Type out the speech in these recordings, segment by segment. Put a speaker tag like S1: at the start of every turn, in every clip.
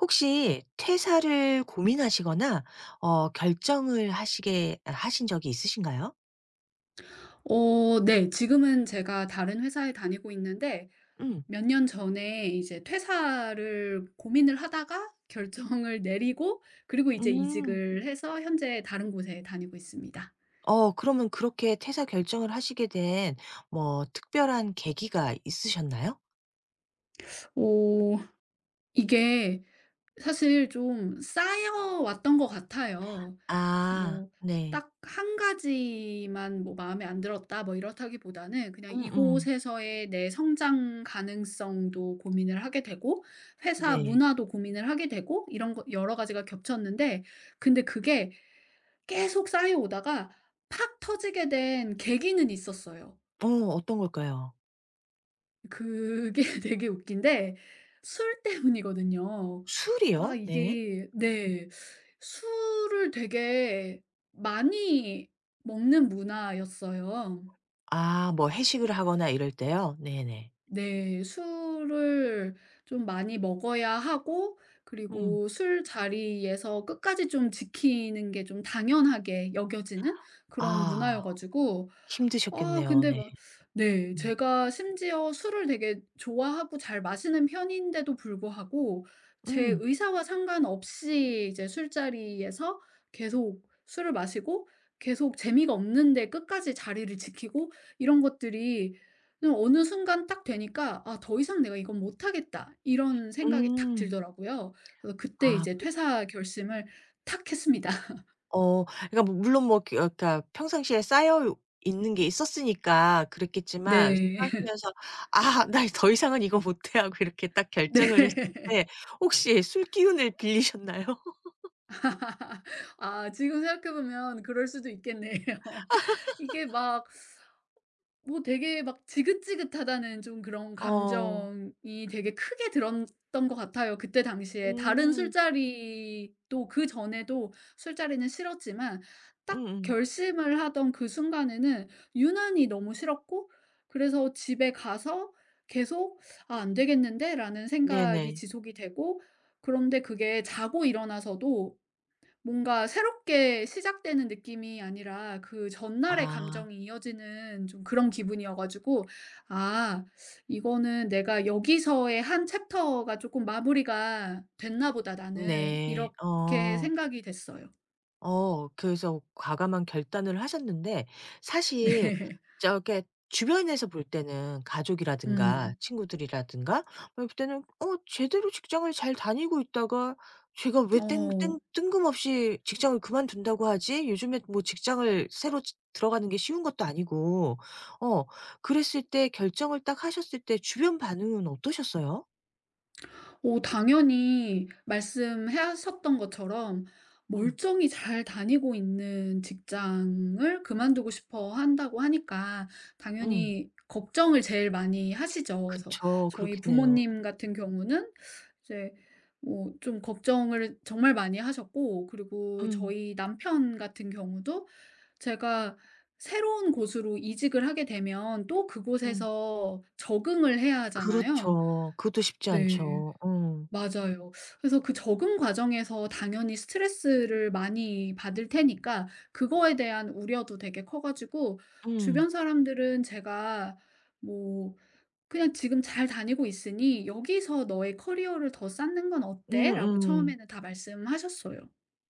S1: 혹시 퇴사를 고민하시거나 결정을 하시게 하신 적이 있으신가요?
S2: 네. 지금은 제가 다른 회사에 다니고 있는데,
S1: 음.
S2: 몇 년 전에 이제 퇴사를 고민을 하다가 결정을 내리고, 그리고 이제
S1: 음.
S2: 이직을 해서 현재 다른 곳에 다니고 있습니다.
S1: 어 그러면 그렇게 퇴사 결정을 하시게 된 뭐 특별한 계기가 있으셨나요?
S2: 오, 이게 사실 좀 쌓여왔던 것 같아요.
S1: 아
S2: 뭐
S1: 네.
S2: 딱 한 가지만 뭐 '마음에 안 들었다.' 뭐 이렇다기보다는, 그냥
S1: 음음.
S2: 이곳에서의 내 성장 가능성도 고민을 하게 되고, 회사
S1: 네.
S2: 문화도 고민을 하게 되고, 이런 거 여러 가지가 겹쳤는데, 근데 그게 계속 쌓여 오다가 팍 터지게 된 계기는 있었어요.
S1: 어 어떤 걸까요?
S2: 그게 되게 웃긴 데, 술 때문이거든요. 아,
S1: 술이요? 네.
S2: 이게 네. 술을 되게 많이 먹는 문화였어요.
S1: 아 뭐
S2: 그
S1: 회식을 하거나 이럴 때요? 네네.
S2: 네. 술을 좀 많이 먹어야 하고,
S1: 음.
S2: 그리고 술자리에서 끝까지 좀 지키는 게 좀 당연하게 여겨지는 그런 문화여
S1: 아
S2: 가지고. 아,
S1: 힘드셨겠네요.
S2: 근데
S1: 네.
S2: 막 네,
S1: 음.
S2: 제가 심지어 술을 되게 좋아하고 잘 마시는 편인데도 불구하고 제
S1: 음.
S2: 의사와 상관없이 이제 술자리에서 계속 술을 마시고, 계속 재미가 없는데 끝까지 자리를 지키고, 이런 것들이 그냥 어느 순간 딱 되니까 '아, 더 이상 내가 이건 못하겠다.' 이런 생각이 탁
S1: 음.
S2: 들더라고요. 그래서 그때
S1: 아.
S2: 이제 퇴사 결심을 탁 했습니다.
S1: 어 그러니까 그러니까 평상시에 쌓여 있는 게 있었으니까 그랬겠지만 술
S2: 네.
S1: 마시면서 '아 나 더 이상은 이거 못해.' 하고 이렇게 딱 결정을 했을
S2: 네.
S1: 때 혹시 술 기운을 빌리셨나요?
S2: 아, 지금 생각해 보면 그럴 수도 있겠네요. 이게 막 뭐 되게 막 지긋지긋하다는 좀 그런
S1: 어.
S2: 감정이 되게 크게 들었던 것 같아요 그때 당시에. 다른
S1: 음.
S2: 술자리도, 그전에도 술자리는 싫었지만 딱
S1: 음음.
S2: 결심을 하던 그 순간에는 유난히 너무 싫었고, 그래서 집에 가서 계속 '아, 안 되겠는데.'라는 생각이
S1: 네네.
S2: 지속이 되고, 그런데 그게 자고 일어나서도 뭔가 새롭게 시작되는 느낌이 아니라 그 전날의
S1: 아.
S2: 감정이 이어지는 좀 그런 기분이어 가지고 '아, 이거는 내가 여기서의 한 챕터가 조금 마무리가 됐나 보다 나는.'
S1: 네.
S2: 이렇게
S1: 어.
S2: 생각이 됐어요.
S1: 어 그래서 과감한 결단을 하셨는데 사실
S2: 네.
S1: 저게 주변에서 볼 때는 가족이라든가
S2: 음.
S1: 친구들이라든가 뭐 그때는 '어 제대로 직장을 잘 다니고 있다가 제가 왜 땡
S2: 어.
S1: 땡 뜬금없이 직장을 그만둔다고 하지? 요즘에 뭐 직장을 새로 지 들어가는 게 쉬운 것도 아니고.' 어 그랬을 때 결정을 딱 하셨을 때 주변 반응은 어떠셨어요?
S2: 오, 당연히 말씀하셨던 것처럼
S1: 음.
S2: 멀쩡히 잘 다니고 있는 직장을 그만두고 싶어 한다고 하니까
S1: 음.
S2: 당연히 걱정을 제일 많이 하시죠. 그래서
S1: 그쵸.
S2: 저희
S1: 그렇겠네요.
S2: 부모님 같은 경우는 이제 뭐 좀 걱정을 정말 많이 하셨고, 그리고
S1: 음.
S2: 저희 남편 같은 경우도 제가 새로운 곳으로 이직을 하게 되면 또
S1: 음.
S2: 그곳에서 적응을 해야 하잖아요.
S1: 그렇죠. 그것도 쉽지
S2: 네.
S1: 않죠. 어.
S2: 맞아요. 그래서 그 적응 과정에서 당연히 스트레스를 많이 받을 테니까 그거에 대한 우려도 되게 커 가지고
S1: 음.
S2: 주변 사람들은 제가 뭐 "그냥 지금 잘 다니고 있으니 여기서 너의 커리어를 더 쌓는 건 어때?"라고
S1: 음음.
S2: 처음에는 다 말씀하셨어요.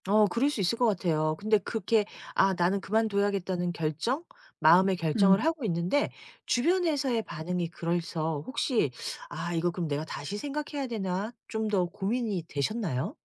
S1: 어 그럴 수 있을 것 같아요. 근데 그렇게 '아 나는 그만둬야겠다.'는 결정? 마음의 결정을
S2: 음.
S1: 하고 있는데 주변에서의 반응이 그래서 혹시 '아 이거 그럼 내가 다시 생각해야 되나?' 좀 더 고민이 되셨나요?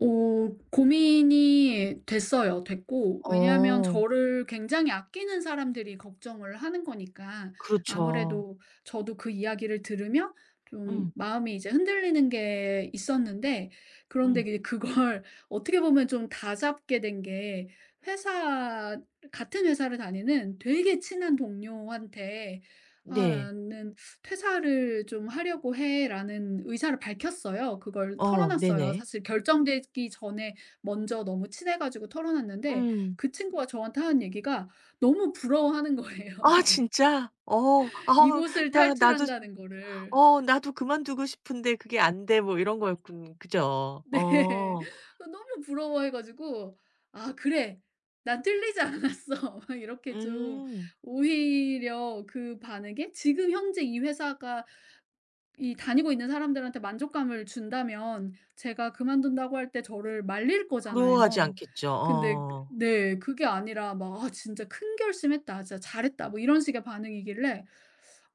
S2: 어, 고민이 됐어요. 됐고, 왜냐하면
S1: 어.
S2: 저를 굉장히 아끼는 사람들이 걱정을 하는 거니까,
S1: 그렇죠.
S2: 아무래도 저도 그 이야기를 들으며 좀
S1: 음.
S2: 마음이 이제 흔들리는 게 있었는데, 그런데
S1: 음.
S2: 이제 그걸 어떻게 보면 좀 다잡게 된 게, 회사, 같은 회사를 다니는 되게 친한 동료한테, 아,
S1: 네.
S2: 나는 "퇴사를 좀 하려고 해."라는 의사를 밝혔어요. 그걸
S1: 어
S2: 털어놨어요.
S1: 네네.
S2: 사실 결정되기 전에 먼저 너무 친해 가지고 털어놨는데,
S1: 음.
S2: 그 친구가 저한테 하는 얘기가 너무 부러워하는 거예요.
S1: 아 진짜? 어. 아
S2: 이곳을
S1: 야 나도
S2: 탈출한다는 거를.
S1: 어 나도 그만두고 싶은데 그게 안 돼 뭐 이런 거였군 그죠?
S2: 네.
S1: 어.
S2: 너무 부러워해 가지고 '아, 그래. 난 틀리지 않았어.' 막 이렇게 좀,
S1: 음.
S2: 오히려 그 반응에, 지금 현재 이 회사가 이 다니고 있는 사람들한테 만족감을 준다면 제가 그만둔다고 할 때 저를 말릴
S1: 부러워하지
S2: 거잖아요.
S1: 않겠죠.
S2: 근데 그
S1: 어.
S2: 네, 그게 아니라 막 '아, 진짜 큰 결심했다. 진짜 잘했다.' 뭐 이런 식의 반응이길래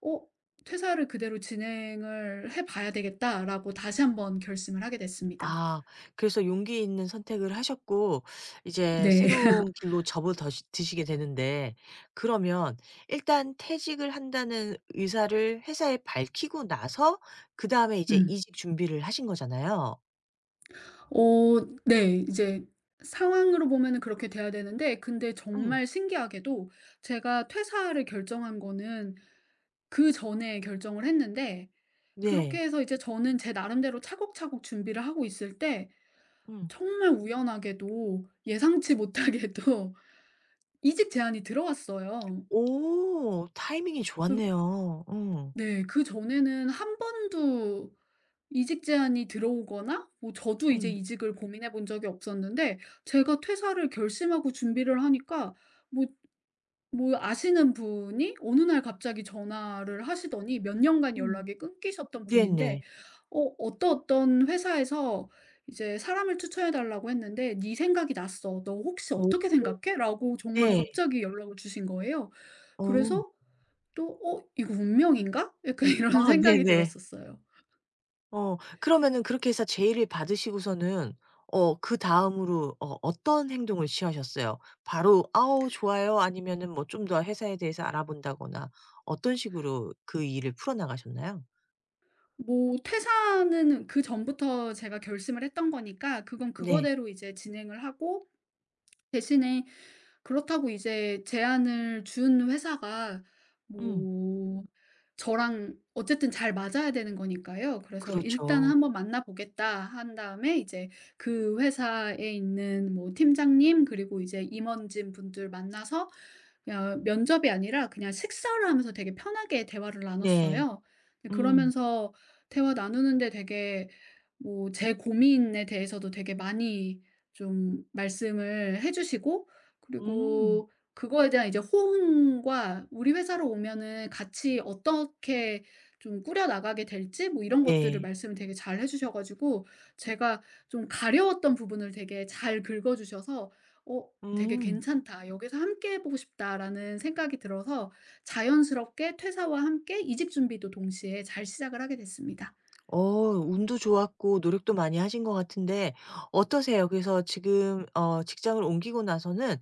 S2: '어, 퇴사를 그대로 진행을 해 봐야 되겠다.'라고 다시 한번 결심을 하게 됐습니다.
S1: 아 그래서 용기 있는 선택을 하셨고 이제
S2: 네.
S1: 새로운 길로 접어더 드시게 되는데 그러면 일단 퇴직을 한다는 의사를 회사에 밝히고 나서 그다음에 이제
S2: 음.
S1: 이직 준비를 하신 거잖아요.
S2: 어 네. 이제 상황으로 보면은 그렇게 돼야 되는데, 근데
S1: 음.
S2: 정말 신기하게도 제가 퇴사를 결정한 거는 그전에 결정을 했는데, 그렇게
S1: 네.
S2: 해서 이제 저는 제 나름대로 차곡차곡 준비를 하고 있을 때
S1: 음.
S2: 정말 우연하게도 예상치 못하게도 이직 제안이 들어왔어요.
S1: 오 타이밍이
S2: 그
S1: 좋았네요. 음.
S2: 네. 그전에는 한 번도 이직 제안이 들어오거나 뭐 저도 이제
S1: 음.
S2: 이직을 고민해 본 적이 없었는데, 제가 퇴사를 결심하고 준비를 하니까 뭐 뭐 아시는 분이 어느 날 갑자기 전화를 하시더니, 몇 년간
S1: 음.
S2: 연락이 끊기셨던 분인데,
S1: 네네.
S2: 어떤 회사에서 이제 "사람을 추천해 달라고 했는데 네 생각이 났어. 너 혹시
S1: 오
S2: 어떻게 생각해?"라고 정말
S1: 네.
S2: 갑자기 연락을 주신 거예요.
S1: 어.
S2: 그래서 또 '어, 이거 운명인가?' 약간 이런
S1: 아
S2: 생각이
S1: 네네.
S2: 들었었어요.
S1: 어 그러면은 그렇게 해서 제의를 받으시고서는 어 그다음으로 어 어떤 행동을 취하셨어요? 바로 "아우 좋아요." 아니면은 뭐 좀 더 회사에 대해서 알아본다거나 어떤 식으로 그 일을 풀어나가셨나요?
S2: 뭐 퇴사는 그전부터 제가 결심을 했던 거니까 그건
S1: 네.
S2: 그거대로 이제 진행을 하고, 대신에 그렇다고 이제 제안을 준 회사가
S1: 음.
S2: 뭐 저랑 어쨌든 잘 맞아야 되는 거니까요. 그래서 "일단
S1: 그렇죠.
S2: 한번 만나 보겠다." 한 다음에 이제 그 회사에 있는 뭐 팀장님, 그리고 이제 임원진 분들 만나서 그냥 면접이 아니라 그냥 식사를 하면서 되게 편하게 대화를
S1: 네.
S2: 나눴어요. 근데
S1: 음.
S2: 그러면서 대화 나누는데 되게 뭐 제 고민에 대해서도 되게 많이 좀 말씀을 해 주시고,
S1: 음.
S2: 그리고 그거에 대한 이제 호응과 우리 회사로 오면은 같이 어떻게 좀 꾸려 나가게 될지 뭐 이런 것들을
S1: 네.
S2: 말씀을 되게 잘 해 주셔 가지고 제가 좀 가려웠던 부분을 되게 잘 긁어 주셔서 '어, 되게
S1: 음.
S2: 괜찮다. 여기서 함께 해 보고 싶다.'라는 생각이 들어서 자연스럽게 퇴사와 함께 이직 준비도 동시에 잘 시작을 하게 됐습니다.
S1: 어 운도 좋았고 노력도 많이 하신 것 같은데 어떠세요? 그래서 지금 어 직장을 옮기고 나서는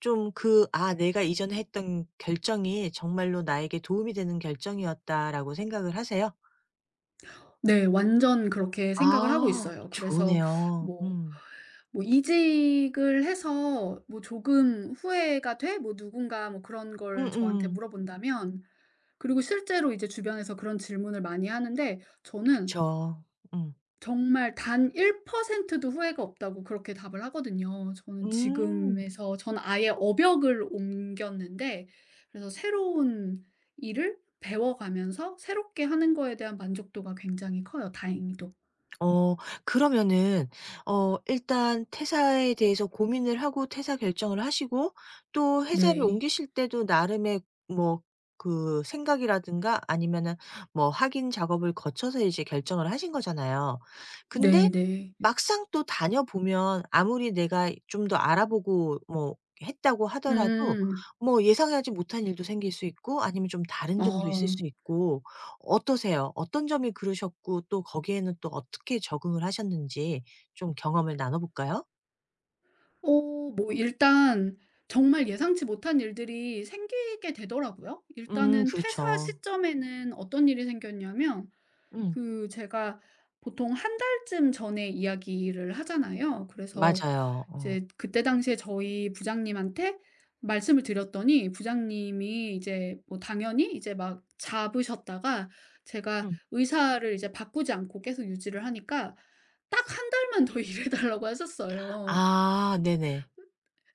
S1: 좀 그 '아 내가 이전에 했던 결정이 정말로 나에게 도움이 되는 결정이었다.'라고 생각을 하세요?
S2: 네. 완전 그렇게 생각을 하고
S1: 아
S2: 있어요. 그래서
S1: 좋으네요.
S2: 뭐
S1: 음.
S2: 뭐 이직을 해서 뭐 "조금 후회가 돼?" 뭐 누군가 뭐 그런 걸 저한테
S1: 음음.
S2: 물어본다면, 그리고 실제로 이제 주변에서 그런 질문을 많이 하는데, 저는
S1: 그쵸. 음.
S2: 정말 단 1%도 후회가 없다고 그렇게 답을 하거든요. 저는
S1: 음.
S2: 지금에서 전 아예 업역을 옮겼는데, 그래서 새로운 일을 배워가면서 새롭게 하는 거에 대한 만족도가 굉장히 커요 다행히도.
S1: 어 그러면은 어 일단 퇴사에 대해서 고민을 하고 퇴사 결정을 하시고 또 회사를
S2: 네.
S1: 옮기실 때도 나름의 뭐 그 생각이라든가 아니면은 뭐 확인 작업을 거쳐서 이제 결정을 하신 거잖아요. 근데
S2: 네네.
S1: 막상 또 다녀보면 아무리 내가 좀 더 알아보고 뭐 했다고 하더라도
S2: 음.
S1: 뭐 예상하지 못한 일도 생길 수 있고 아니면 좀 다른 점도 있을 수
S2: 아.
S1: 있고 어떠세요? 어떤 점이 그러셨고 또 거기에는 또 어떻게 적응을 하셨는지 좀 경험을 나눠 볼까요?
S2: 뭐 일단 정말 예상치 못한 일들이 생기게 되더라고요. 일단은 퇴사
S1: 그렇죠.
S2: 시점에는 어떤 일이 생겼냐면,
S1: 음.
S2: 제가 보통 한 달쯤 전에 이야기를 하잖아요. 그래서
S1: 맞아요. 어.
S2: 이제 그때 당시에 저희 부장님한테 말씀을 드렸더니, 부장님이 이제 뭐 당연히 이제 막 잡으셨다가 제가
S1: 음.
S2: 의사를 이제 바꾸지 않고 계속 유지를 하니까 딱 한 달만 더 일해 달라고 하셨어요.
S1: 아 네네.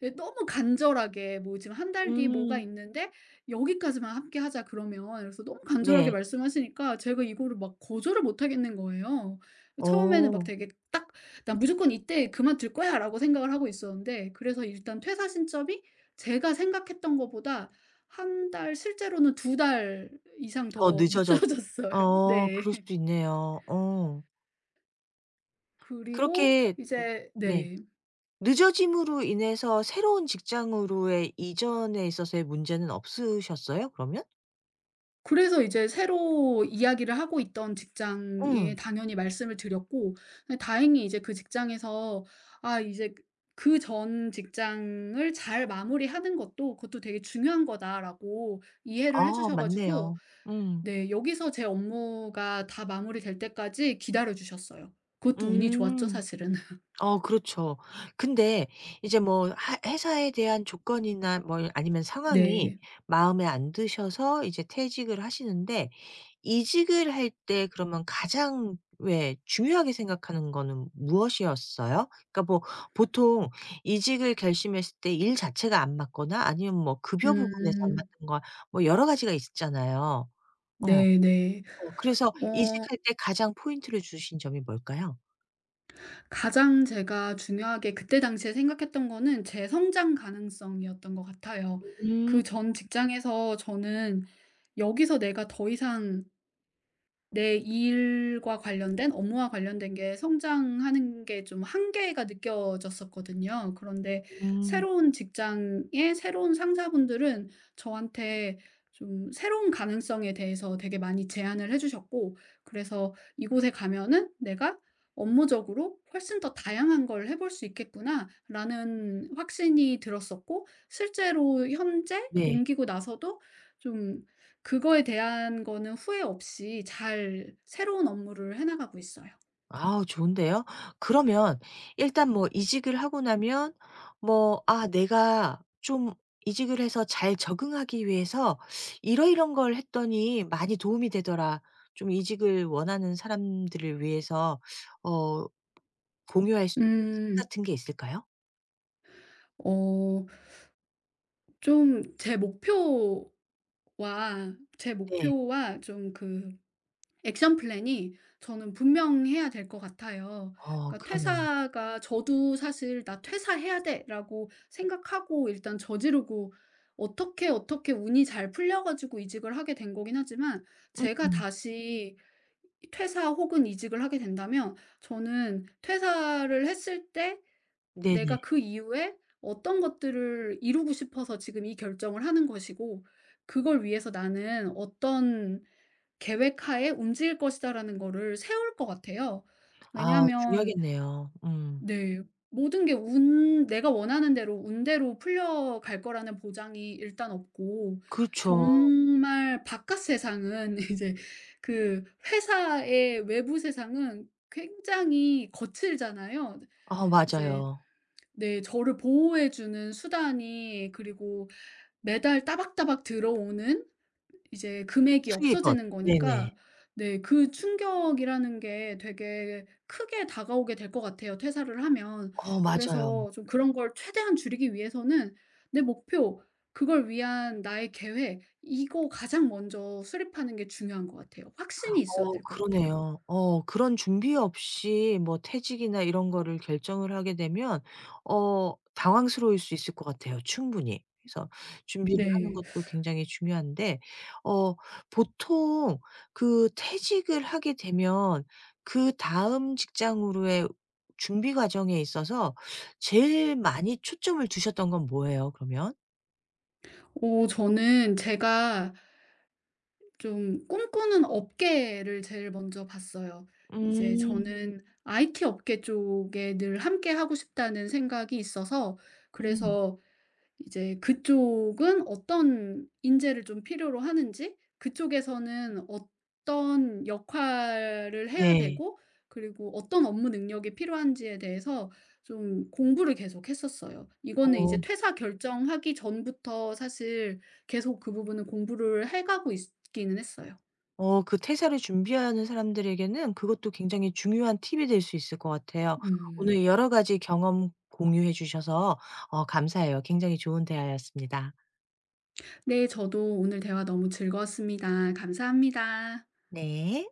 S2: 예, 너무 간절하게, 뭐 지금 한 달 뒤 뭐가
S1: 음.
S2: 있는데 "여기까지만 함께 하자." 그러면, 그래서 너무 간절하게
S1: 네.
S2: 말씀하시니까 제가 이거를 막 거절을 못 하겠는 거예요. 처음에는 막
S1: 어.
S2: 되게 딱 '나 무조건 이때 그만둘 거야.'라고 생각을 하고 있었는데, 그래서 일단 퇴사 신점이 제가 생각했던 것보다 한 달, 실제로는 두 달 이상
S1: 더
S2: 더
S1: 늦어져
S2: 늦춰졌어요.
S1: 어
S2: 네.
S1: 그럴 수도 있네요. 어.
S2: 그리고
S1: 그렇게
S2: 이제
S1: 네.
S2: 네.
S1: 늦어짐으로 인해서 새로운 직장으로의 이전에 있어서의 문제는 없으셨어요? 그러면?
S2: 그래서 이제 새로 이야기를 하고 있던 직장에
S1: 음.
S2: 당연히 말씀을 드렸고, 예, 다행히 이제 그 직장에서, 아, 이제 그 전 직장을 잘 마무리하는 것도 '그것도 되게 중요한 거다.'라고 이해를 해
S1: 아
S2: 주셔 가지고
S1: 맞네요. 음.
S2: 네, 여기서 제 업무가 다 마무리될 때까지 기다려 주셨어요. 그것도 운이 좋았죠
S1: 음.
S2: 사실은.
S1: 어 그렇죠. 근데 이제 뭐 하 회사에 대한 조건이나 뭐 아니면 상황이
S2: 네.
S1: 마음에 안 드셔서 이제 퇴직을 하시는데 이직을 할 때 그러면 가장 왜 중요하게 생각하는 거는 무엇이었어요? 그러니까 뭐 보통 이직을 결심했을 때 일 자체가 안 맞거나 아니면 뭐 급여 부분에서 안
S2: 음.
S1: 맞는 거 뭐 여러 가지가 있잖아요. 어.
S2: 네네.
S1: 어 그래서
S2: 어
S1: 이직할 때 가장 포인트를 주신 점이 뭘까요?
S2: 가장 제가 중요하게 그때 당시에 생각했던 거는 제 성장 가능성이었던 것 같아요.
S1: 음.
S2: 그 전 직장에서 저는 '여기서 내가 더 이상 내 일과 관련된 업무와 관련된 게 성장하는 게 좀 한계가 느껴졌었거든요. 그런데
S1: 음.
S2: 새로운 직장의 새로운 상사분들은 저한테 좀 새로운 가능성에 대해서 되게 많이 제안을 해 주셨고, 그래서 이곳에 가면은 '내가 업무적으로 훨씬 더 다양한 걸 해볼 수 있겠구나.'라는 확신이 들었었고, 실제로 현재
S1: 네.
S2: 옮기고 나서도 좀 그거에 대한 거는 후회 없이 잘 새로운 업무를 해 나가고 있어요.
S1: 아우 좋은데요. 그러면 일단 뭐 이직을 하고 나면 뭐 '아 내가 좀 이직을 해서 잘 적응하기 위해서 이러이런 걸 했더니 많이 도움이 되더라.' 좀 이직을 원하는 사람들을 위해서 어 공유할 수 있는 팁
S2: 음.
S1: 같은 게 있을까요?
S2: 어 좀 제 목표와 제
S1: 네.
S2: 목표와 좀 그 액션 플랜이 저는 분명해야 될 것 같아요.
S1: 어
S2: 그러니까
S1: 그러네요.
S2: 퇴사가, 저도 사실 '나 퇴사해야 돼.'라고 생각하고 일단 저지르고 어떻게 어떻게 운이 잘 풀려 가지고 이직을 하게 된 거긴 하지만, 제가
S1: 음음.
S2: 다시 퇴사 혹은 이직을 하게 된다면, 저는 퇴사를 했을 때
S1: 네네.
S2: 내가 그 이후에 어떤 것들을 이루고 싶어서 지금 이 결정을 하는 것이고 그걸 위해서 나는 어떤 계획하에 움직일 것이다라는 거를 세울 것 같아요.
S1: 아
S2: 왜냐하면
S1: 중요하겠네요. 음.
S2: 네, 모든 게 운, 내가 원하는 대로 운대로 풀려갈 거라는 보장이 일단 없고,
S1: 그렇죠.
S2: 정말 바깥 세상은 이제, 그 회사의 외부 세상은 굉장히 거칠잖아요.
S1: 아
S2: 이제
S1: 맞아요.
S2: 네, 저를 보호해 주는 수단이, 그리고 매달 따박따박 들어오는 이제 금액이
S1: 수입원.
S2: 없어지는
S1: 네네.
S2: 거니까, 네, 그 충격이라는 게 되게 크게 다가오게 될 것 같아요 퇴사를 하면.
S1: 어 맞아요.
S2: 그래서 좀 그런 걸 최대한 줄이기 위해서는 내 목표, 그걸 위한 나의 계획 이거 가장 먼저 수립하는 게 중요한 것 같아요. 확신이 있어야
S1: 어
S2: 될 것 같아요.
S1: 그러네요. 어 그런 준비 없이 뭐 퇴직이나 이런 거를 결정을 하게 되면 어 당황스러울 수 있을 것 같아요 충분히. 그래서 준비를 하는
S2: 네.
S1: 것도 굉장히 중요한데 어 보통 그 퇴직을 하게 되면 그다음 직장으로의 준비 과정에 있어서 제일 많이 초점을 두셨던 건 뭐예요 그러면?
S2: 저는 제가 좀 꿈꾸는 업계를 제일 먼저 봤어요. 이제
S1: 음.
S2: 저는 IT 업계 쪽에 늘 함께 하고 싶다는 생각이 있어서,
S1: 음.
S2: 그래서 이제 그쪽은 어떤 인재를 좀 필요로 하는지, 그쪽에서는 어떤 역할을 해야
S1: 네.
S2: 되고, 그리고 어떤 업무 능력이 필요한지에 대해서 좀 공부를 계속 했었어요. 이거는
S1: 어.
S2: 이제 퇴사 결정하기 전부터 사실 계속 그 부분은 공부를 해가고 있기는 했어요.
S1: 어 그 퇴사를 준비하는 사람들에게는 그것도 굉장히 중요한 팁이 될 수 있을 것 같아요.
S2: 음.
S1: 오늘 여러 가지 경험 공유해 주셔서 어 감사해요. 굉장히 좋은 대화였습니다.
S2: 네, 저도 오늘 대화 너무 즐거웠습니다. 감사합니다.
S1: 네.